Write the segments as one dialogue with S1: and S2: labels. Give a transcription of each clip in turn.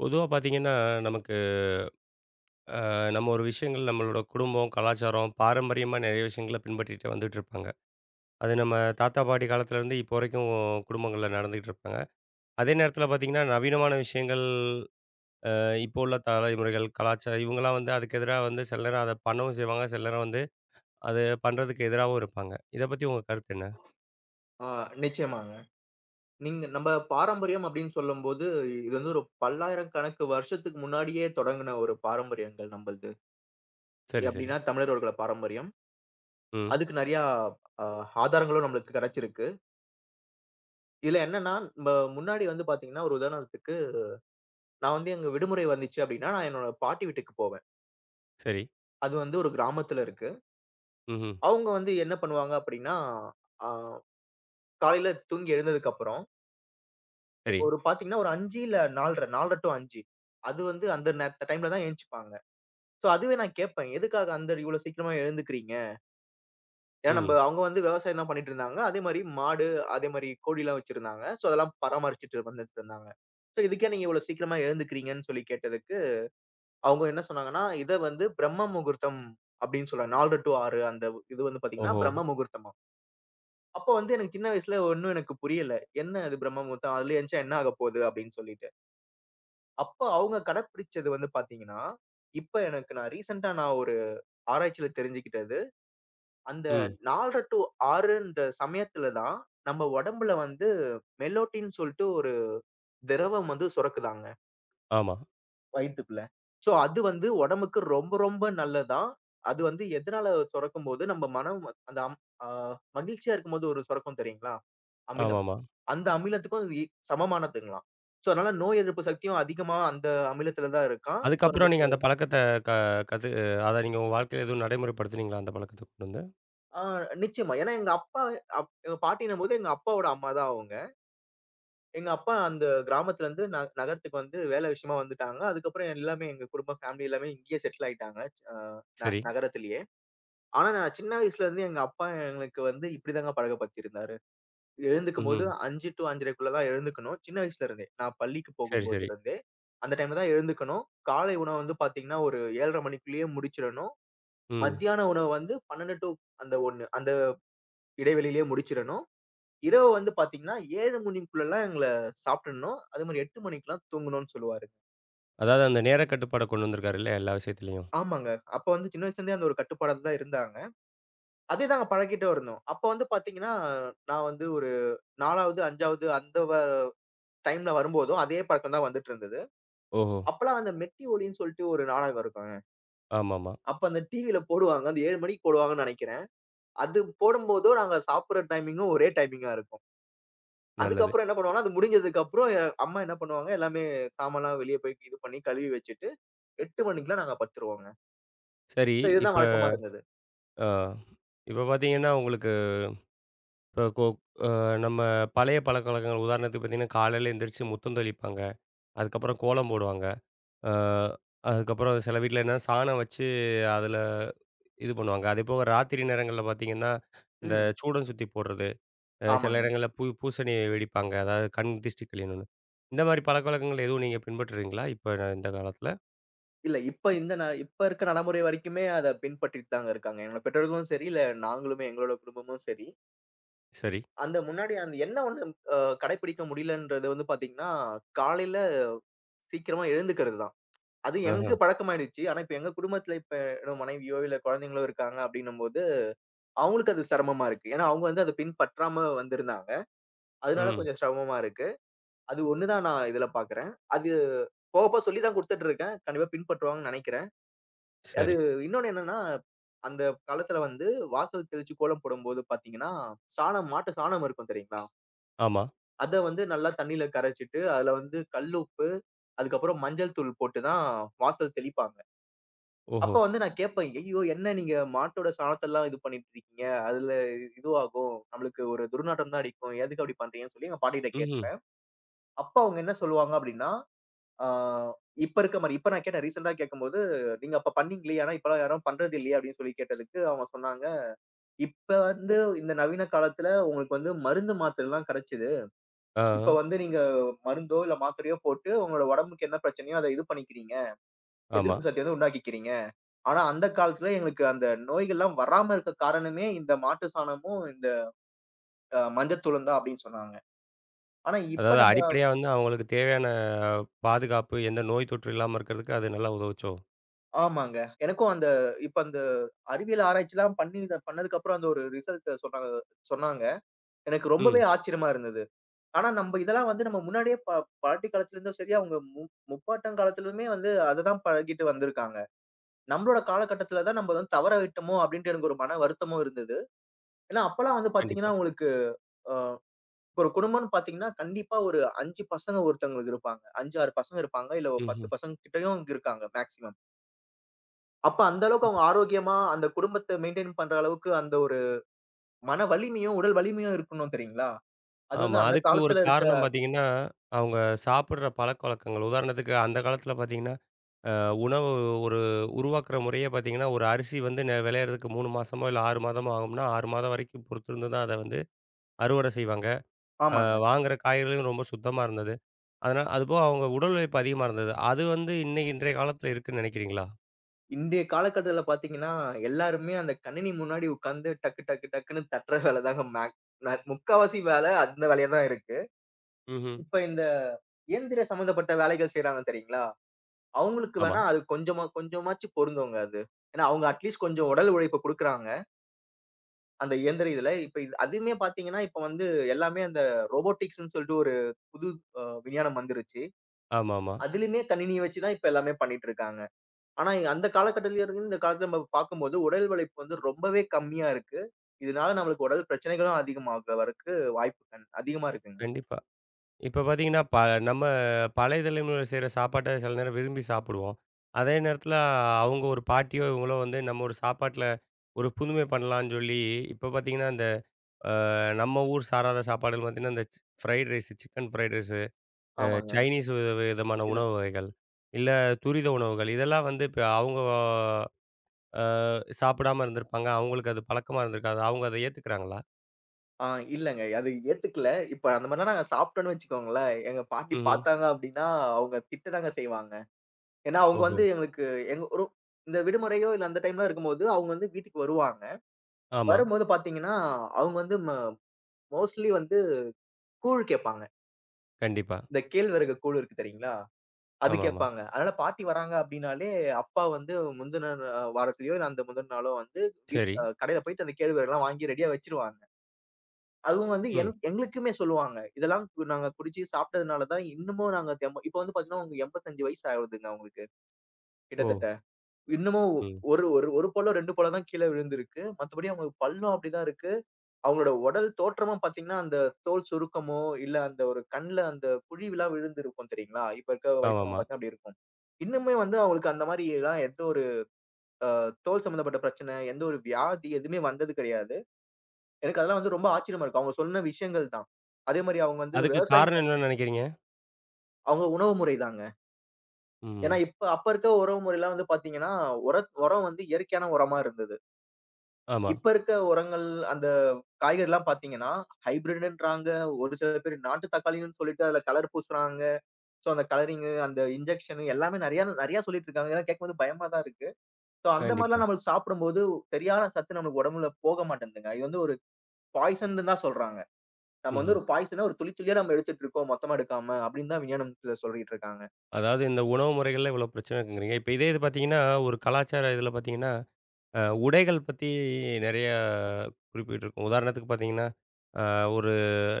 S1: பொதுவா பார்த்தீங்கன்னா, நமக்கு நம்ம ஒரு விஷயங்கள் நம்மளோட குடும்பம், கலாச்சாரம், பாரம்பரியமா நெறைய விஷயங்கள பின்பற்றிட்டு வந்துட்டுருப்பாங்க. அது நம்ம தாத்தா, பாட்டி காலத்துலேருந்து இப்போ வரைக்கும் குடும்பங்கள்ல நடந்துகிட்டு இருப்பாங்க. அதே நேரத்தில பார்த்தீங்கன்னா, நவீனமான விஷயங்கள் இப்போ உள்ள தலைமுறைகள், கலாச்சாரம் இவங்கலாம் வந்து அதுக்கு எதிரா வந்து சில நேரம் அத பண்ணவும் செய்வாங்க. சில நேரம் வந்து அது பண்றதுக்கு எதிராவும் இருப்பாங்க. இத பத்தி உங்க கருத்து என்ன?
S2: ஆ நிச்சயமாங்க. நீங்க நம்ப பாரம்பரியம் அப்டின்னு சொல்லும்போது, இது வந்து ஒரு பல்லாயிரக்கணக்கு வருஷத்துக்கு முன்னாடியே தொடங்குன ஒரு பாரம்பரியங்கள் நம்மள்து.
S1: சரி, சரி.
S2: எப்டின்னா தமிழர்களோட பாரம்பரியம்.
S1: ம்.
S2: அதுக்கு நெறையா அ ஆதாரங்களும் நம்மளுக்கு கெடைச்சிருக்கு. இதுல என்னன்னா, நம்ப முன்னாடி வந்து பாத்தீங்கன்னா, ஒரு உதாரணத்துக்கு நான் வந்து எங்க விடுமுறை வந்துச்சு அப்டின்னா, நான் என்னோட பாட்டி வீட்டுக்கு போவேன்.
S1: சரி.
S2: அது வந்து ஒரு கிராமத்துல இருக்கு.
S1: ம்ஹ்ம்.
S2: அவுங்க வந்து என்ன பண்ணுவாங்க அப்டின்னா, ஆ காலையில தூங்கி எழுந்ததுக்கப்புறம்,
S1: சரி.
S2: ஒரு பாத்தீங்கன்னா ஒரு 5 இல்ல 4:30, 4:30 டூ 5 அது வந்து அந்த நேர டைம்ல தான் எந்திச்சிப்பாங்க. சோ, அதுவே நான் கேட்பேன். எதுக்காக அந்த இவ்வளோ சீக்கிரமா எழுந்துக்கிறீங்க? ஏன்னா நம்ப
S1: ம்.
S2: அவங்க வந்து விவசாயம் தான் பண்ணிட்டு இருந்தாங்க. அதே மாரி மாடு, அதே மாரி கோழிலாம் வச்சிருந்தாங்க. சோ, அதெல்லாம் பராமரிச்சுட்டு வந்துட்டு இருந்தாங்க. சோ, இதுக்கே நீங்க இவ்வளோ சீக்கிரமா எழுந்துக்கிறீங்கன்னு சொல்லி கேட்டதுக்கு, அவங்க என்ன சொன்னாங்கன்னா, இத வந்து பிரம்ம முகூர்த்தம் அப்படின்னு சொல்றாங்க. 4:00 டூ 6:00 அந்த இது வந்து பார்த்தீங்கன்னா,
S1: ஓஹோ!
S2: பிரம்ம முகூர்த்தமாம். அப்ப வந்து எனக்கு சின்ன வயசுல ஒண்ணும் எனக்கு புரியல. என்ன அது பிரம்ம முகூர்த்தம்? அதுல எந்திச்சா என்ன ஆகப் போகுது? அப்படின்னு சொல்லிட்டு. அப்ப அவங்க கடைப்பிடிச்சது வந்து பார்த்தீங்கன்னா, இப்ப எனக்கு நான் ரீசென்ட்டா நான் ஒரு ஆராய்ச்சியில தெரிஞ்சுக்கிட்டது. அந்த
S1: ம்.
S2: 4:30 டூ 6ன்ற சமயத்துல தான், நம்ம உடம்புல வந்து மெலோடின் சொல்ட்டு ஒரு திரவம் வந்து சுரக்குதாங்க,
S1: ஆமா.
S2: வயித்துக்குள்ள. சோ அது வந்து உடம்புக்கு ரொம்ப ரொம்ப நல்லதாம். அது வந்து எதனால சுரக்கும்போது, நம்ம மனம் அந்த அம் அ மகிழ்ச்சியா இருக்கும்போது ஒரு சுரக்கும் தெரியுங்களா? அமிலம்.
S1: ஆமாமா.
S2: அந்த அமிலத்துக்கும் சமமானதுங்களாம். சோ அதனால நோய் எதிர்ப்பு சக்தியும் அதிகமா அந்த அமிலத்துல தான் இருக்காம். சோ
S1: அதுக்கப்புறம் நீங்க
S2: நமக்கு
S1: அந்த பழக்கத்த க கத்து அத நீங்க உங்க வாழ்க்கையில எதுவும் நடைமுறைப்படுத்துனீங்களா? அந்த பழக்கத்த கொண்டு வந்து?
S2: ஆ நிச்சயமா. ஏன்னா எங்க அப்பா எங்க பாட்டின்னும்போது எங்க அப்பாவோட அம்மா தான் அவங்க. எங்க அப்பா அந்த கிராமத்துல இருந்து நகரத்துக்கு வந்து வேலை விஷயமா வந்துட்டாங்க. அதுக்கப்புறம் எல்லாமே எங்க குடும்பம், ஃபேமிலி எல்லாமே இங்கேயே செட்டில் ஆயிட்டாங்க. அ ந
S1: சரி.
S2: நகரத்திலேயே. ஆனா நான் சின்ன வயசுல இருந்து எங்க அப்பா எங்களுக்கு வந்து இப்படிதாங்க பழக்கப்படுத்தியிருந்தாரு. எழுந்துக்கும்போது
S1: ம்ஹ்ம்.
S2: 5 டூ 5:30க்குள்ள தான் எழுந்துக்கணும். சின்ன வயசுல இருந்தே. நான் பள்ளிக்கு
S1: சரி,
S2: போகும்போது
S1: சரி.
S2: இருந்தே, அந்த டைம்ல தான் எழுந்துக்கணும். காலை உணவு வந்து பாத்தீங்கன்னா, ஒரு 7:30 மணிக்குள்ளேயே முடிச்சிடணும்.
S1: ம்.
S2: மத்தியான உணவு வந்து 12 டூ அந்த 1 அந்த இடைவெளியிலேயே முடிச்சிடணும். இரவு வந்து பாத்தீங்கன்னா, 7 மணிக்குள்ளலாம் எங்கள சாப்ட்டுடணும். அதே மாரி 8 மணிக்கெல்லாம் தூங்கணும்னு சொல்லுவாருங்க.
S1: அதாவது அந்த நேர கட்டுப்பாட கொண்டு வந்திருக்காரு இல்லையா? எல்லா விஷயத்துலயும்.
S2: ஆமாங்க. அப்ப வந்து சின்ன வயசுலேருந்தே அந்த ஒரு கட்டுப்பாடா தான் இருந்தாங்க. அதே நாங்க பழகிட்டு இருந்தோம். அப்ப வந்து பாத்தீங்கன்னா, நான் வந்து ஒரு 4வது, 5வது அந்த டைம்ல வரும்போதும் அதே பழக்கம் தான் வந்துட்டு இருந்தது.
S1: ஓஹோ!
S2: அப்பலாம் அந்த மெட்டி ஒலின்னு சொல்லிட்டு ஒரு நாடகம் இருக்குங்க.
S1: ஆமாமா.
S2: அப்ப அந்த டிவில போடுவாங்க. அந்த 7 மணிக்கு போடுவாங்கன்னு நெனைக்கிறேன். அது போடும்போதும் நாங்க சாப்பிடுற டைமிங்கும் ஒரே டைமிங்கா இருக்கும்.
S1: நல்லது.
S2: அதுக்கப்புறம் என்ன பண்ணுவாங்கன்னா, அது முடிஞ்சதுக்கப்புறம் அம்மா என்ன பண்ணுவாங்க, எல்லாமே சாமான்லாம் வெளிய போய் இது பண்ணி கழுவி வச்சுட்டு 8 மணிக்கெல்லாம் நாங்க படுத்துருவோங்க.
S1: சரி.
S2: சோ
S1: இப்ப
S2: இதுதான் வழக்கமா இருந்தது.
S1: ஆ இப்ப பார்த்தீங்கன்னா, உங்களுக்கு இப்ப கொ அ நம்ம பழைய பழக்கவழக்கங்கள் உதாரணத்துக்கு பார்த்தீங்கன்னா, காலையில எந்திரிச்சு முத்தம் தெளிப்பாங்க. அதுக்கப்புறம் கோலம் போடுவாங்க. ஆ அதுக்கப்புறம் சில வீட்ல என்னன்னா சாணம் வச்சு அதில இது பண்ணுவாங்க. அதேபோக ராத்திரி நேரங்கள்ல பார்த்தீங்கன்னா, இந்த
S2: ம்.
S1: சூடம் சுத்தி போடுறது. சில
S2: ஆமாங்க.
S1: இடங்கள்ல பூ பூசணி வெடிப்பாங்க. அதாவது கண் திஷ்டி கழியணும்னு. இந்த மாரி பழக்கவழக்கங்கள் எதுவும் நீங்க பின்பற்றுறீங்களா? இப்ப இந்த காலத்துல?
S2: இல்ல இப்ப இந்த இப்ப இருக்க நடைமுறை வரைக்குமே அத பின்பற்றிட்டு தாங்க இருக்காங்க. என்னோட பெற்றோர்களும் சரி, இல்ல நாங்களுமே எங்களோட குடும்பமும் சரி.
S1: சரி.
S2: அந்த முன்னாடி அந்த என்ன ஒண்ணு அ கடைப்பிடிக்க முடியலன்றது வந்து பார்த்தீங்கன்னா, காலையில சீக்கிரமா எழுந்துக்கிறது தான். அது
S1: ஆஹா.
S2: எங்களுக்கு பழக்கமாயிடுச்சு. ஆனா இப்ப எங்க குடும்பத்துல இப்ப என்னோட மனைவியோ, இல்ல குழந்தைங்களோ இருக்காங்க அப்படின்னும்போது, அவங்களுக்கு அது சிரமமா இருக்கு. ஏன்னா அவங்க வந்து அத பின்பற்றாம வந்திருந்தாங்க. அதனால
S1: ம்.
S2: கொஞ்சம் சிரமமா இருக்கு. அது ஒண்ணு தான் நான் இதுல பாக்குறேன். அது போக, போக சொல்லி தான் குடுத்துட்டு இருக்கேன். கண்டிப்பா பின்பற்றுவாங்கன்னு நெனைக்கிறேன். அது
S1: சரி.
S2: இன்னொன்னு என்னன்னா, அந்த காலத்துல வந்து வாசல் தெளிச்சு கோலம் போடும்போது பாத்தீங்கன்னா, சாணம் மாட்டு சாணம் இருக்கும் தெரியுங்களா?
S1: ஆமா.
S2: அத வந்து நல்லா தண்ணீல கரைச்சிட்டு, அதுல வந்து கல் உப்பு, அதுக்கப்புறம் மஞ்சள் தூள் போட்டு தான் வாசல் தெளிப்பாங்க. அப்ப
S1: ஓஹோ!
S2: வந்து நான் கேட்பேன், "ஐயோ! என்ன நீங்க மாட்டோட சாணத்தெல்லாம் இது பண்ணிட்டு இருக்கீங்க? அதுல இதுவாகும். நம்மளுக்கு ஒரு துர்நாற்றம் தான் அடிக்கும். எதுக்கு அப்படி பண்றீங்கன்னு?" சொல்லி எங்க பாட்டிகிட்ட
S1: ம்ஹ்ம்.
S2: கேட்பேன். அப்ப அவங்க என்ன சொல்லுவாங்க அப்படின்னா, ஆ இப்ப இருக்க மாரி. இப்ப நான் கேட்டேன் ரீசென்ட்டா கேட்கும்போது, "நீங்க அப்ப பண்ணீங்களே! ஆனா இப்பலாம் யாரும் பண்றது இல்லையே!" அப்படின்னு சொல்லி கேட்டதுக்கு, அவங்க சொன்னாங்க, "இப்ப வந்து இந்த நவீன காலத்துல உங்களுக்கு வந்து மருந்து, மாத்திரைலாம் கெடைச்சுது.
S1: ஆ, ஆ.
S2: இப்ப வந்து நீங்க மருந்தோ, இல்ல மாத்திரையோ போட்டு உங்களோட உடம்புக்கு என்ன பிரச்சனையோ அத இது பண்ணிக்கிறீங்க.
S1: ஆமா.
S2: எதிர்ப்பு சக்தி வந்து உண்டாக்கிக்கிறீங்க. ஆனா அந்த காலத்துல எங்களுக்கு அந்த நோய்கள்லாம் வராம இருக்க காரணமே இந்த மாட்டு சாணமும், இந்த மஞ்சத்தூளும் தான்" அப்படின்னு சொன்னாங்க. ஆனா இப்ப
S1: அதாவது
S2: நம்ம
S1: அடிப்படையா வந்து அவங்களுக்கு தேவையான பாதுகாப்பு, எந்த நோய் தொற்று இல்லாம இருக்கிறதுக்கு அது நல்லா உதவுச்சோ?
S2: ஆமாங்க. எனக்கும் அந்த இப்ப அந்த அறிவியல் ஆராய்ச்சிலாம் பண்ணி இத பண்ணதுக்கு அப்புறம் அந்த ஒரு ரிசல்ட்ட சொன்னாங்க சொன்னாங்க. எனக்கு ரொம்பவே
S1: ம்.
S2: ஆச்சரியமா இருந்தது. ஆனா நம்ப இதெல்லாம் வந்து நம்ம முன்னாடியே பாட்டி காலத்துல இருந்தும் சரி, அவங்க முப்பாட்டன் காலத்துலயுமே வந்து அததான் பழகிட்டு வந்திருக்காங்க. நம்பளோட காலகட்டத்துல தான் நம்ப வந்து தவற விட்டோமோ! அப்பிடின்ட்டு எனக்கு ஒரு மன வருத்தமும் இருந்தது. ஏன்னா, அப்பலாம் வந்து பார்த்தீங்கன்னா,
S1: கண்டிப்பா.
S2: உங்களுக்கு அ ஒரு குடும்பம்னு பார்த்தீங்கன்னா, கண்டிப்பா ஒரு 5 பசங்க ஒருத்தவங்களுக்கு இருப்பாங்க. 5, 6 பசங்க இருப்பாங்க. இல்ல ஒரு 10
S1: ம்ஹ்ம்.
S2: பசங்க கிட்டயும் இருக்காங்க மேக்ஸிமம். அப்ப அந்த அளவுக்கு
S1: இப்ப
S2: அவங்க ஆரோக்கியமா அந்த குடும்பத்த மெயின்டெயின் பண்ற அளவுக்கு அந்த ஒரு மன வலிமையும், உடல் வலிமையும் இருக்கணும் தெரியுங்களா? அது வந்து
S1: ஆமா.
S2: அந்த
S1: அதுக்கு ஒரு
S2: காலத்துல இருக்க
S1: காரணம் பார்த்தீங்கன்னா, அவங்க சாப்பிடுற பழக்கவழக்கங்கள். உதாரணத்துக்கு அந்த காலத்துல பார்த்தீங்கன்னா உணவு ஒரு உருவாக்குற முறையே பார்த்தீங்கன்னா, ஒரு அரிசி வந்து விளையிறதுக்கு 3 மாசமோ, இல்ல 6 மாதமோ ஆகும்னா, 6 மாதம் வரைக்கும் பொறுத்திருந்து தான் அத வந்து அறுவடை செய்வாங்க. அ
S2: ஆமாங்க.
S1: வாங்குற காய்கறிகளும் ரொம்ப சுத்தமா இருந்தது. அதனால அதுபோக அவங்க உடல் உழைப்பு அதிகமா இருந்தது. அது வந்து இன்னைக்கு இன்றைய காலத்துல இருக்குன்னு நினைக்கிறீங்களா?
S2: இன்றைய காலகட்டத்துல பார்த்தீங்கன்னா, எல்லாருமே அந்த கணினி முன்னாடி உட்கார்ந்து டக்கு, டக்கு, டக்குன்னு தட்டுற வேல தாங்க மேக் ந முக்காவாசி வேல அந்த வேலையா தான் இருக்கு.
S1: ம்ஹ்ம்.
S2: இப்ப இந்த இயந்திர சம்மந்தப்பட்ட வேலைகள் செய்றாங்க தெரியுங்களா? அவங்களுக்கு
S1: ஆமா.
S2: வேணா அது கொஞ்சமா கொஞ்சமாச்சு பொருந்துங்க அது. ஏன்னா அவங்க அட்லீஸ்ட் கொஞ்சம் உடல் உழைப்ப குடுக்குறாங்க. அந்த இயந்திர இதுல இப்ப இது அதுவுமே பார்த்தீங்கன்னா, இப்ப வந்து எல்லாமே அந்த ரோபோட்டிக்ஸ்ன்னு சொல்லிட்டு ஒரு புது விஞ்ஞானம் வந்துருச்சு.
S1: ஆமாமா.
S2: அதிலயுமே கணினிய வச்சு தான் இப்ப எல்லாமே பண்ணிட்டு இருக்காங்க. ஆனா அந்த காலகட்டத்தில இருந்து இந்த காலத்துல நம்ம பார்க்கும்போது உடல் உழைப்பு வந்து ரொம்பவே கம்மியா இருக்கு. இதனால நம்மளுக்கு உடல் பிரச்சனைகளும் அதிகமாகவற்கு வாய்ப்பு கண் அதிகமா இருக்குங்க.
S1: கண்டிப்பா. இப்ப பார்த்தீங்கன்னா, நம்ம பழைய தலைமுறையினர் செய்ற சாப்பாட்ட சில நேரம் விரும்பி சாப்பிடுவோம். அதே நேரத்துல அவங்க ஒரு பாட்டியோ, இவங்களோ வந்து நம்ம ஒரு சாப்பாட்ல ஒரு புதுமை பண்ணலான்னு சொல்லி, இப்ப பார்த்தீங்கன்னா இந்த அ நம்ம ஊர் சாராத சாப்பாடுகள் பார்த்தீங்கன்னா, இந்த fried rice, chicken fried rice, அ
S2: ஆமாங்க.
S1: சைனீஸ் வித விதமான
S2: இத
S1: உணவு வகைகள், இல்ல துரித உணவுகள். இதெல்லாம் வந்து இப்ப அவங்க அ சாப்பிடாம இருந்திருப்பாங்க. அவங்களுக்கு அது பழக்கமா இருந்திருக்காது. அவங்க அத ஏத்துக்கிறாங்களா?
S2: ஆ இல்லங்க. அது ஏத்துக்கல. இப்ப அந்த மாரிலாம் நாங்க சாப்பிட்டோம்ன்னு வச்சுக்கோங்களேன், எங்க பாட்டி
S1: ம்ஹ்ம்.
S2: பார்த்தாங்க அப்டின்னா, அவங்க திட்டதாங்க செய்வாங்க. ஏன்னா, அவங்க
S1: ஓஹோ!
S2: வந்து எங்களுக்கு எங்க ஒரு இந்த விடுமுறையோ, இல்ல அந்த டைம்லாம் இருக்கும்போது, அவங்க வந்து வீட்டுக்கு வருவாங்க.
S1: ஆமா.
S2: வரும்போது பார்த்தீங்கன்னா, அவங்க வந்து மோஸ்ட்லி வந்து கூழ் கேட்பாங்க.
S1: கண்டிப்பா.
S2: இந்த கேழ்வரகு கூழ் இருக்கு தெரியுங்களா? அது
S1: ஆமாமா.
S2: கேட்பாங்க. அதனால பாட்டி வராங்க அப்படின்னாலே, அப்பா வந்து முந்தின வாரத்திலயோ, இல்ல அந்த முந்தின நாளோ வந்து வீட்
S1: சரி.
S2: அ கடையில போயிட்டு அந்த கேழ்வரகுலாம் வாங்கி ரெடியா வச்சுருவாங்க. அதுவும் வந்து
S1: ம்.
S2: எங்களுக்குமே சொல்லுவாங்க. இதெல்லாம் நாங்க குடிச்சு சாப்பிட்டதுனால தான் இன்னமும் நாங்க தெம்ப இப்ப வந்து பார்த்தீங்கன்னா, அவங்களுக்கு 85 வயசு ஆகுதுங்க அவங்களுக்கு
S1: ஓ!
S2: கிட்டத்தட்ட. இன்னமும்
S1: ம்.
S2: ஒரு ஒரு ஒரு பல்லோ, 2 பல்லோ தான் கீழ விழுந்திருக்கு. மத்தபடி அவங்களுக்கு பல்லும் அப்படிதான் இருக்கு. அவங்களோட உடல் தோற்றமா பார்த்தீங்கன்னா, அந்த தோல் சுருக்கமோ, இல்ல அந்த ஒரு கண்ல அந்த குழிவுலாம் விழுந்திருக்கும் தெரியுங்களா? இப்ப இருக்க வயசானவங்க
S1: ஆமாமா.
S2: பார்த்தா அப்படி இருக்கும். இன்னுமே வந்து அவங்களுக்கு அந்த மாரிலாம் எந்த ஒரு அ தோல் சம்மந்தப்பட்ட பிரச்சனை, எந்த ஒரு வியாதி எதுவுமே வந்தது கிடையாது. எனக்கு அதெல்லாம் வந்து ரொம்ப ஆச்சரியமா இருக்கும். அவங்க சொன்ன விஷயங்கள் தான். அதே மாரி அவங்க வந்து
S1: அதுக்கு
S2: விவசாயம்
S1: காரணம் என்னன்னு நினைக்கிறீங்க?
S2: அவங்க உணவு முறை தாங்க. ஏன்னா
S1: ம்.
S2: இப்ப அப்ப இருக்க உறவு முறைலாம் வந்து பார்த்தீங்கன்னா, உர உரம் வந்து இயற்கையான உரமா இருந்தது.
S1: ஆமா.
S2: இப்ப இருக்க உரங்கள் அந்த காய்கறிலாம் பார்த்தீங்கன்னா, ஹைபிரிட்ன்றாங்க. ஒரு சில பேர் நாட்டு தக்காளின்னு சொல்லிட்டு அதுல கலர் பூசுறாங்க. ஸோ அந்த கலரிங்கு, அந்த இன்ஜெக்ஷன் எல்லாமே நெறையா நெறையா சொல்லிட்டு இருக்காங்க. இதெல்லாம் கேட்கும்போது பயமா தான் இருக்கு. ஸோ அந்த மாரிலாம்
S1: கண்டிப்பா.
S2: நம்மளுக்கு சாப்பிடும்போது சரியான சத்து நம்மளுக்கு உடம்புல போக மாட்டேங்குதுங்க. இது வந்து ஒரு பாய்சன்னு தான் சொல்றாங்க. நம்ம வந்து
S1: ம்ஹ்ம்.
S2: ஒரு பாய்சன ஒரு துளி துளியா நம்ம எடுத்துட்டு இருக்கோம். மொத்தமா எடுக்காம அப்படின்னு தான் விஞ்ஞானத்துல சொல்லிட்டு இருக்காங்க.
S1: அதாவது இந்த உணவு முறைகள்ல இவ்வளோ பிரச்சனை இருக்குங்கிறீங்க. இப்ப இதே இது பார்த்தீங்கன்னா, ஒரு கலாச்சார இதுல பார்த்தீங்கன்னா உடைகள் பத்தி நெறைய குறிப்பிட்டிருக்கும். உதாரணத்துக்கு பார்த்தீங்கன்னா, ஒரு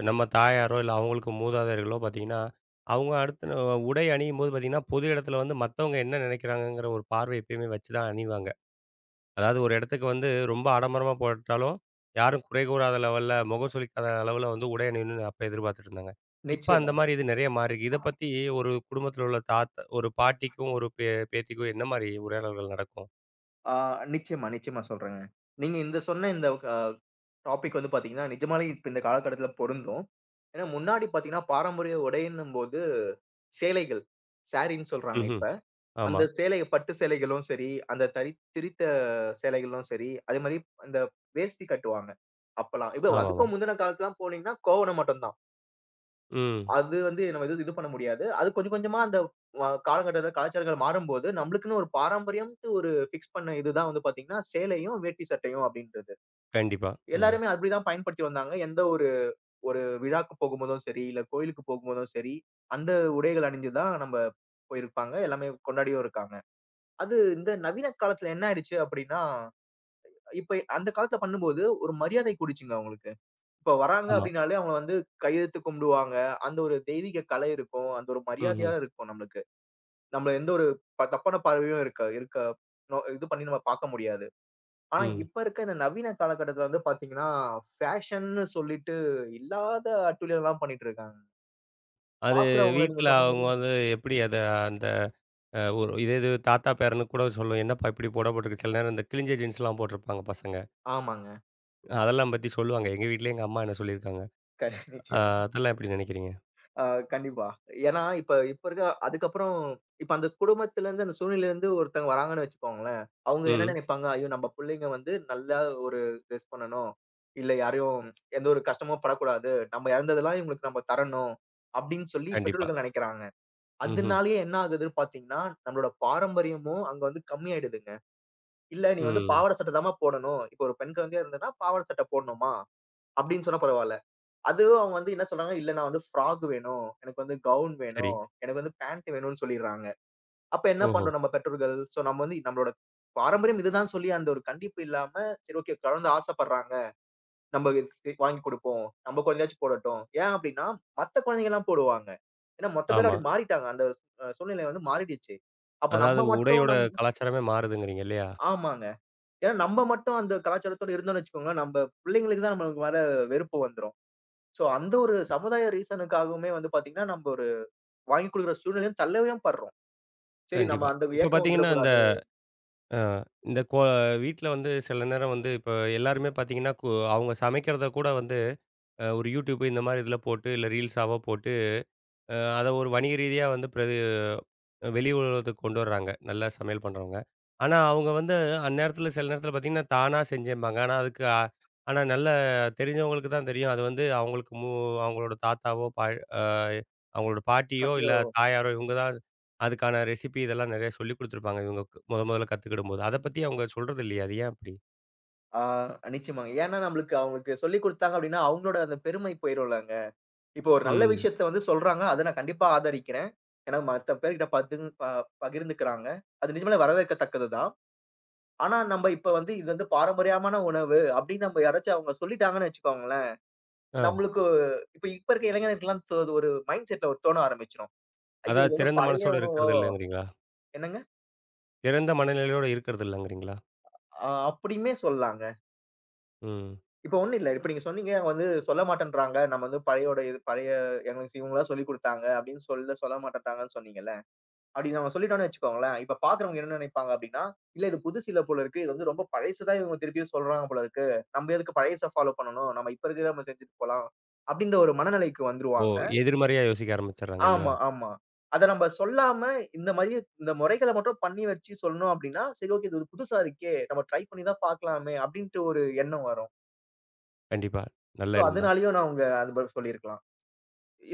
S1: நம்ம தாயாரோ, இல்ல அவங்களுக்கு மூதாதையர்களோ பார்த்தீங்கன்னா, அவங்க அடுத்து உடை அணியும்போது பார்த்தீங்கன்னா, பொது இடத்துல வந்து மத்தவங்க என்ன நெனைக்கிறாங்கங்கிற ஒரு பார்வை எப்பயுமே வச்சு தான் அணிவாங்க. அதாவது ஒரு இடத்துக்கு வந்து ரொம்ப ஆடம்பரமா போட்டாலும், யாரும் குறை கூறாத லெவல்ல, முகம் சுளிக்காத அளவுல வந்து உடை அணியணும்னு அப்ப எதிர்பார்த்துட்டு இருந்தாங்க. இப்ப அந்த
S2: நிச்சயமா.
S1: மாரி இது நெறைய மாறிருக்கு. இத பத்தி ஒரு குடும்பத்தில உள்ள தாத்தா ஒரு பாட்டிக்கும், ஒரு பேத்திக்கும் என்ன மாரி உரையாடல்கள் நடக்கும்?
S2: ஆ நிச்சயமா, நிச்சயமா சொல்றேங்க. நீங்க இந்த சொன்ன இந்த டாபிக் வந்து பார்த்தீங்கன்னா, நிஜமாலே இப்ப இந்த காலகட்டத்தில பொருந்தும். ஏன்னா முன்னாடி பார்த்தீங்கன்னா, பாரம்பரிய உடைன்னும்போது சேலைகள், சாரின்னு சொல்றாங்க
S1: ம்ஹ்ம்.
S2: இப்ப.
S1: ஆமா.
S2: அந்த சேலை பட்டு சேலைகளும் சரி, அந்த தறி திரித்த சேலைகளும் சரி, அதே மாரி அந்த வேஷ்டி கட்டுவாங்க. அப்பலாம். இப்ப
S1: ஆமாமா.
S2: அதுக்கும் முந்தின காலத்துலலாம் போனீங்கன்னா, கோவணம் மட்டும் தான்.
S1: ம்.
S2: அது வந்து நம்ம எதுவும் இது பண்ண முடியாது. அது கொஞ்சம் கொஞ்சமா அந்த காலகட்டத்தில கலாச்சாரங்கள் மாறும்போது, நம்மளுக்குன்னு ஒரு பாரம்பரியம்ன்ட்டு ஒரு ஃபிக்ஸ் பண்ண இதுதான் வந்து பார்த்தீங்கன்னா, சேலையும், வேட்டி சட்டையும் அப்படின்றது.
S1: கண்டிப்பா. ம்.
S2: எல்லாருமே அப்படிதான் பயன்படுத்தி வந்தாங்க. எந்த ஒரு ஒரு விழாக்கு போகும்போதும் சரி, இல்ல கோயிலுக்கு போகும்போதும் சரி, அந்த உடைகள் அணிஞ்சு தான் நம்ம போயிருப்பாங்க. எல்லாமே கொண்டாடியும் இருக்காங்க. அது இந்த நவீன காலத்துல என்ன ஆயிடுச்சு அப்படின்னா, இப்ப அந்த காலத்துல பண்ணும்போது ஒரு மரியாதை கூடிச்சுங்க அவங்களுக்கு. இப்ப வராங்க
S1: ஆமா.
S2: அப்படின்னாலே அவங்க வந்து கையெடுத்து கும்பிடுவாங்க. அந்த ஒரு தெய்வீக கலை இருக்கும். அந்த ஒரு
S1: ம்ஹ்ம்.
S2: மரியாதையா இருக்கும் நம்மளுக்கு. நம்மள எந்த ஒரு தப்பான பார்வையும் இருக்க இருக்க நோ இது பண்ணி நம்ம பார்க்க முடியாது. ஆனா
S1: ம்.
S2: இப்ப இருக்க இந்த நவீன காலகட்டத்துல வந்து பார்த்தீங்கன்னா, ஃபேஷன்னு சொல்லிட்டு இல்லாத அட்டூழியம்லாம் பண்ணிட்டு இருக்காங்க.
S1: அது
S2: பாக்குறவங்கள நீங்க
S1: வீட்ல
S2: சொன்ன
S1: அவங்க
S2: மாரி
S1: வந்து எப்படி அத அந்த ஒரு இதே இது தாத்தா, பேரனுக்கு கூட சொல்லும். என்னப்பா இப்படி போட போட்டுருக்கு. சில நேரம் இந்த கிழிஞ்ச ஜீன்ஸ்லாம் போட்டிருப்பாங்க பசங்க.
S2: ஆமாங்க.
S1: அதெல்லாம் பத்தி சொல்லுவாங்க. எங்க வீட்ல எங்க அம்மா என்ன சொல்லியிருக்காங்க.
S2: க
S1: அ
S2: நிச்சயமா.
S1: அதெல்லாம் எப்படி நினைக்கிறீங்க?
S2: அ கண்டிப்பா. ஏன்னா, இப்ப இப்ப இருக்க அதுக்கப்புறம் இப்ப அந்த குடும்பத்திலருந்து, அந்த சூழ்நிலையிலருந்து ஒருத்தங்க வராங்கன்னு வச்சுக்கோங்களேன். அவங்க என்ன
S1: ம்.
S2: நினைப்பாங்க, ஐயோ! நம்ம புள்ளைங்க வந்து நல்லா ஒரு ட்ரெஸ் பண்ணணும். இல்ல யாரையும் எந்த ஒரு கஷ்டமும் படக்கூடாது. நம்ம இழந்ததெல்லாம் இவங்களுக்கு நம்ம தரணும். அப்படின்னு சொல்லி
S1: கண்டிப்பா.
S2: பெற்றோர்கள் நினைக்கிறாங்க.
S1: ம்ஹ்ம்.
S2: அதனாலேயே என்ன ஆகுதுன்னு பார்த்தீங்கன்னா, நம்மளோட பாரம்பரியமும் அங்க வந்து கம்மியாயிடுதுங்க. இல்ல நீ வந்து
S1: ம்.
S2: பாவாடை சட்டை தாம்மா போடணும். இப்போ ஒரு பெண் குழந்தையா இருந்தன்னா, பாவாடை சட்டை போடணுமா? அப்படின்னு சொன்னா பரவால்ல. அதுவும் அவங்க வந்து என்ன சொல்றாங்க, "இல்ல நான் வந்து ஃப்ராக் வேணும். எனக்கு வந்து கவுன்
S1: சரி.
S2: வேணும். எனக்கு வந்து பேண்ட் வேணும்னு" சொல்லிடுறாங்க. அப்ப என்ன
S1: ஓஹோ!
S2: பண்றோம் நம்ம பெற்றோர்கள்? சோ நம்ம வந்து நம்மளோட பாரம்பரியம் இதுதான் சொல்லி அந்த ஒரு கண்டிப்பு இல்லாம, சரி ஓகே குழந்தை ஆசைப்படுறாங்க. நம்ம இது வாங்கி குடுப்போம். நம்ம குழந்தையாச்சும் போடட்டும். ஏன் அப்படின்னா, மத்த குழந்தைங்கலாம் போடுவாங்க. ஏன்னா மொத்த பேரும்
S1: ஆமா.
S2: அப்படி மாறிட்டாங்க. அந்த சூழ்நிலை வந்து மாறிடுச்சு. அப்ப நம்ம
S1: அதாவது
S2: மட்டும்
S1: உடையோட கலாச்சாரமே மாறுதுங்கிறீங்க இல்லையா?
S2: ஆமாங்க. ஏன்னா நம்ம மட்டும் அந்த கலாச்சாரத்தோட இருந்தோம்னு வச்சுக்கோங்களேன், நம்ம பிள்ளைங்களுக்கு தான் நமக்கு மேல வெறுப்பு வந்துரும். சோ அந்த ஒரு சமுதாய ரீசனுக்காகவுமே வந்து பாத்தீங்கன்னா, நம்ம ஒரு வாங்கி குடுக்குற சூழ்நிலையும் தள்ளவும் படுறோம். சரி நம்ம
S1: கண்டிப்பா.
S2: அந்த
S1: இப்ப
S2: ஏக்கம்
S1: பார்த்தீங்கன்னா, இந்த
S2: வந்துடக்கூடாது.
S1: அ இந்த வீட்ல வந்து சில நேரம் வந்து இப்ப எல்லாருமே பார்த்தீங்கன்னா, அவங்க சமைக்கிறத கூட வந்து ஒரு யூடியூப் இந்த மாரி இதில போட்டு, இல்ல ரீல்ஸாவோ போட்டு, அத ஒரு வணிக ரீதியா வந்து வெளி உலகத்துக்கு கொண்டு வர்றாங்க. நல்லா சமையல் பண்றவங்க. ஆனா, அவங்க வந்து அந்நேரத்தில சில நேரத்தில பார்த்தீங்கன்னா, தானா செஞ்சேன்பாங்க. ஆனா, அதுக்கு ஆனா நல்ல தெரிஞ்சவங்களுக்கு தான் தெரியும். அது வந்து அவங்களுக்கு அவங்களோட தாத்தாவோ, பா அ அவங்களோட பாட்டியோ, இல்ல
S2: பத்தியோ
S1: தாயாரோ இவங்க தான் அதுக்கான ரெசிபி இதெல்லாம் நெறைய சொல்லிக் குடுத்துருப்பாங்க. இவங்க மொத முதல்ல கத்துக்கிடும்போது. அத பத்தி அவங்க சொல்றது இல்லையே! அது ஏன் அப்படி?
S2: ஆ நிச்சயமாங்க. ஏன்னா நம்மளுக்கு அவங்களுக்கு சொல்லிக் குடுத்தாங்க அப்டின்னா, அவங்களோட அந்த பெருமை போயிரும்லங்க. இப்போ ஒரு நல்ல
S1: ம்.
S2: விஷயத்த வந்து சொல்றாங்க. அத நான் கண்டிப்பா ஆதரிக்கிறேன். ஏன்னா மத்த பேர்கிட்ட பகிர்ந்துக்கிறாங்க. அது நிஜமாலே வரவேற்கத்தக்கது தான். ஆனா நம்ம இப்ப வந்து இது வந்து பாரம்பரியமான உணவு அப்டின்னு நம்ம யாராச்சும் அவங்க சொல்லிட்டாங்கன்னு வச்சுக்கோங்களேன்.
S1: ஆ.
S2: நம்மளுக்கு இப்ப இப்ப இருக்க இளைஞர்களுக்கெல்லாம் ஒரு மைண்ட் செட்ல ஒரு தோண ஆரம்பிச்சுரும். ஐயோ! இது
S1: அதாவது
S2: வந்து
S1: திறந்த
S2: பழைய
S1: மனசோட
S2: உணவோ
S1: இருக்கிறது இல்லங்கிறீங்களா?
S2: என்னங்க?
S1: திறந்த மனநிலையோட இருக்கிறது இல்லங்கிறீங்களா?
S2: அப்டியுமே சொல்லலாங்க.
S1: ம்.
S2: இப்ப ஒண்ணும் இல்ல. இப்ப நீங்க சொன்னீங்க வந்து சொல்ல மாட்டேன்றாங்க. நம்ம வந்து பழையோட இது பழைய எங்களுக்கு இவங்களா சொல்லிக் குடுத்தாங்க அப்படின்னு சொல்ல சொல்ல மாட்டேன்றாங்கன்னு சொன்னீங்கல்ல. அப்படி நம்ம சொல்லிட்டோம்னு வச்சுக்கோங்களேன், இப்ப பாக்குறவங்க என்ன நினைப்பாங்க அப்படின்னா, இல்ல இது புது சீலை போல இருக்கு. இது வந்து ரொம்ப பழசு தான் இவங்க திருப்பியும் சொல்றாங்க போல இருக்கு. நம்ம எதுக்கு பழையச ஃபாலோ பண்ணணும். நம்ம இப்ப இருக்கிறத நம்ம செஞ்சுட்டு போலாம். அப்படின்ற ஒரு மனநிலைக்கு
S1: ஓ!
S2: வந்துருவாங்க.
S1: எதிர்மறையா யோசிக்க ஆரம்பிச்சர்றாங்க இல்லையா?
S2: ஆமா, ஆமா. அத நம்ம சொல்லாம இந்த மாரி இந்த முறைகள மட்டும் பண்ணி வச்சு சொல்லணும் அப்படின்னா, சரி ஓகே இது புதுசா இருக்கே. நம்ம ட்ரை பண்ணி தான் பாக்கலாமே அப்படின்ட்டு ஒரு எண்ணம் வரும்.
S1: கண்டிப்பா.
S2: சோ,
S1: நல்ல எண்ணம் தான்.
S2: அதனாலயும் நான் அவங்க அது பதில் சொல்லியிருக்கலாம்.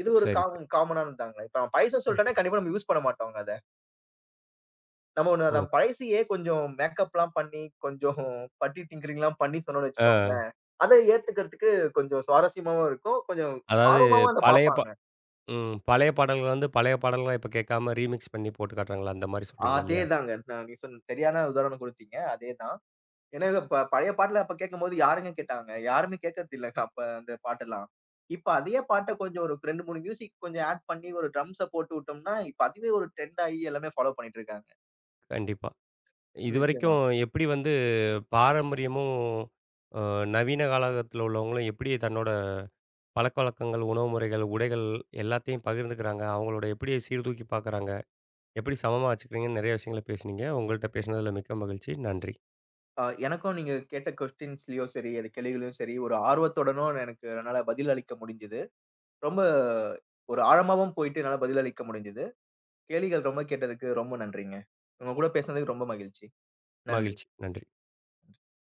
S2: இது ஒரு
S1: சரி, சரி.
S2: காமனானது தாங்க. இப்ப நான் பைசா சொல்ட்டேன்னா
S1: ம்.
S2: கண்டிப்பா நம்ம யூஸ் பண்ண மாட்டோங்க அத. நம்ம ஒண்ணு அத
S1: ஓ!
S2: பழசியே கொஞ்சம் மேக்கப்லாம் பண்ணி, கொஞ்சம் பட்டி டிங்கரிங்லாம் பண்ணி சொன்னோம்னு
S1: அ
S2: வச்சுக்கோங்களேன், அத ஏத்துக்கிறதுக்கு கொஞ்சம் சுவாரஸ்யமாவும் இருக்கும். கொஞ்சம்
S1: அதாவது
S2: ஆர்வமாவும் அத
S1: பழைய
S2: பார்ப்பாங்க.
S1: ம். பழைய பாடல்கள் வந்து பழைய பாடல்களா இப்ப கேட்காம ரீமிக்ஸ் பண்ணி போட்டு காட்டுறாங்கள்ல, அந்த மாரி சொல்றீங்க இல்லையா?
S2: அதேதாங்க. நான் நீங்க சொன்ன சரியான உதாரணம் குடுத்தீங்க. அதேதான். ஏன்னா பழைய பாட்டுல அப்ப கேட்கும்போது யாருங்க கேட்டாங்க? யாருமே கேட்கறது இல்லங்க அப்ப அந்த பாட்டெல்லாம். இப்ப அதே பாட்ட கொஞ்சம் ஒரு 2, 3 மியூசிக் கொஞ்சம் ஆட் பண்ணி ஒரு ட்ரம்ஸ போட்டு விட்டோம்னா, இப்ப அதுவே ஒரு ட்ரெண்ட் ஆயி எல்லாமே ஃபாலோ பண்ணிட்டு இருக்காங்க.
S1: கண்டிப்பா.
S2: நிச்சயமா.
S1: இதுவரைக்கும் எப்படி வந்து பாரம்பரியமும், அ நவீன காலகத்துல உள்ளவங்களும் எப்படி தன்னோட பழக்கவழக்கங்கள், உணவு முறைகள், உடைகள் எல்லாத்தையும் பகிர்ந்துக்கிறாங்க? அவங்களோட எப்படி சீர்தூக்கி பார்க்குறாங்க? எப்படி சமமா வச்சுக்கிறீங்கன்னு நெறைய விஷயங்கள பேசுனீங்க. உங்கள்ட்ட பேசினதுல மிக்க மகிழ்ச்சி. நன்றி.
S2: எனக்கும் நீங்க கேட்ட கொஸ்டின்ஸ்லயோ சரி, அது கேள்விகளையும் சரி, ஒரு ஆர்வத்துடனும் எனக்கு என்னால பதில் அளிக்க முடிஞ்சது. ரொம்ப ஒரு ஆழமாவும் போயிட்டு என்னால பதில் அளிக்க முடிஞ்சது. கேள்விகள் ரொம்ப கேட்டதுக்கு ரொம்ப நன்றிங்க. உங்க கூட பேசுனதுக்கு ரொம்ப மகிழ்ச்சி. நன்றி.
S1: மகிழ்ச்சி. நன்றி.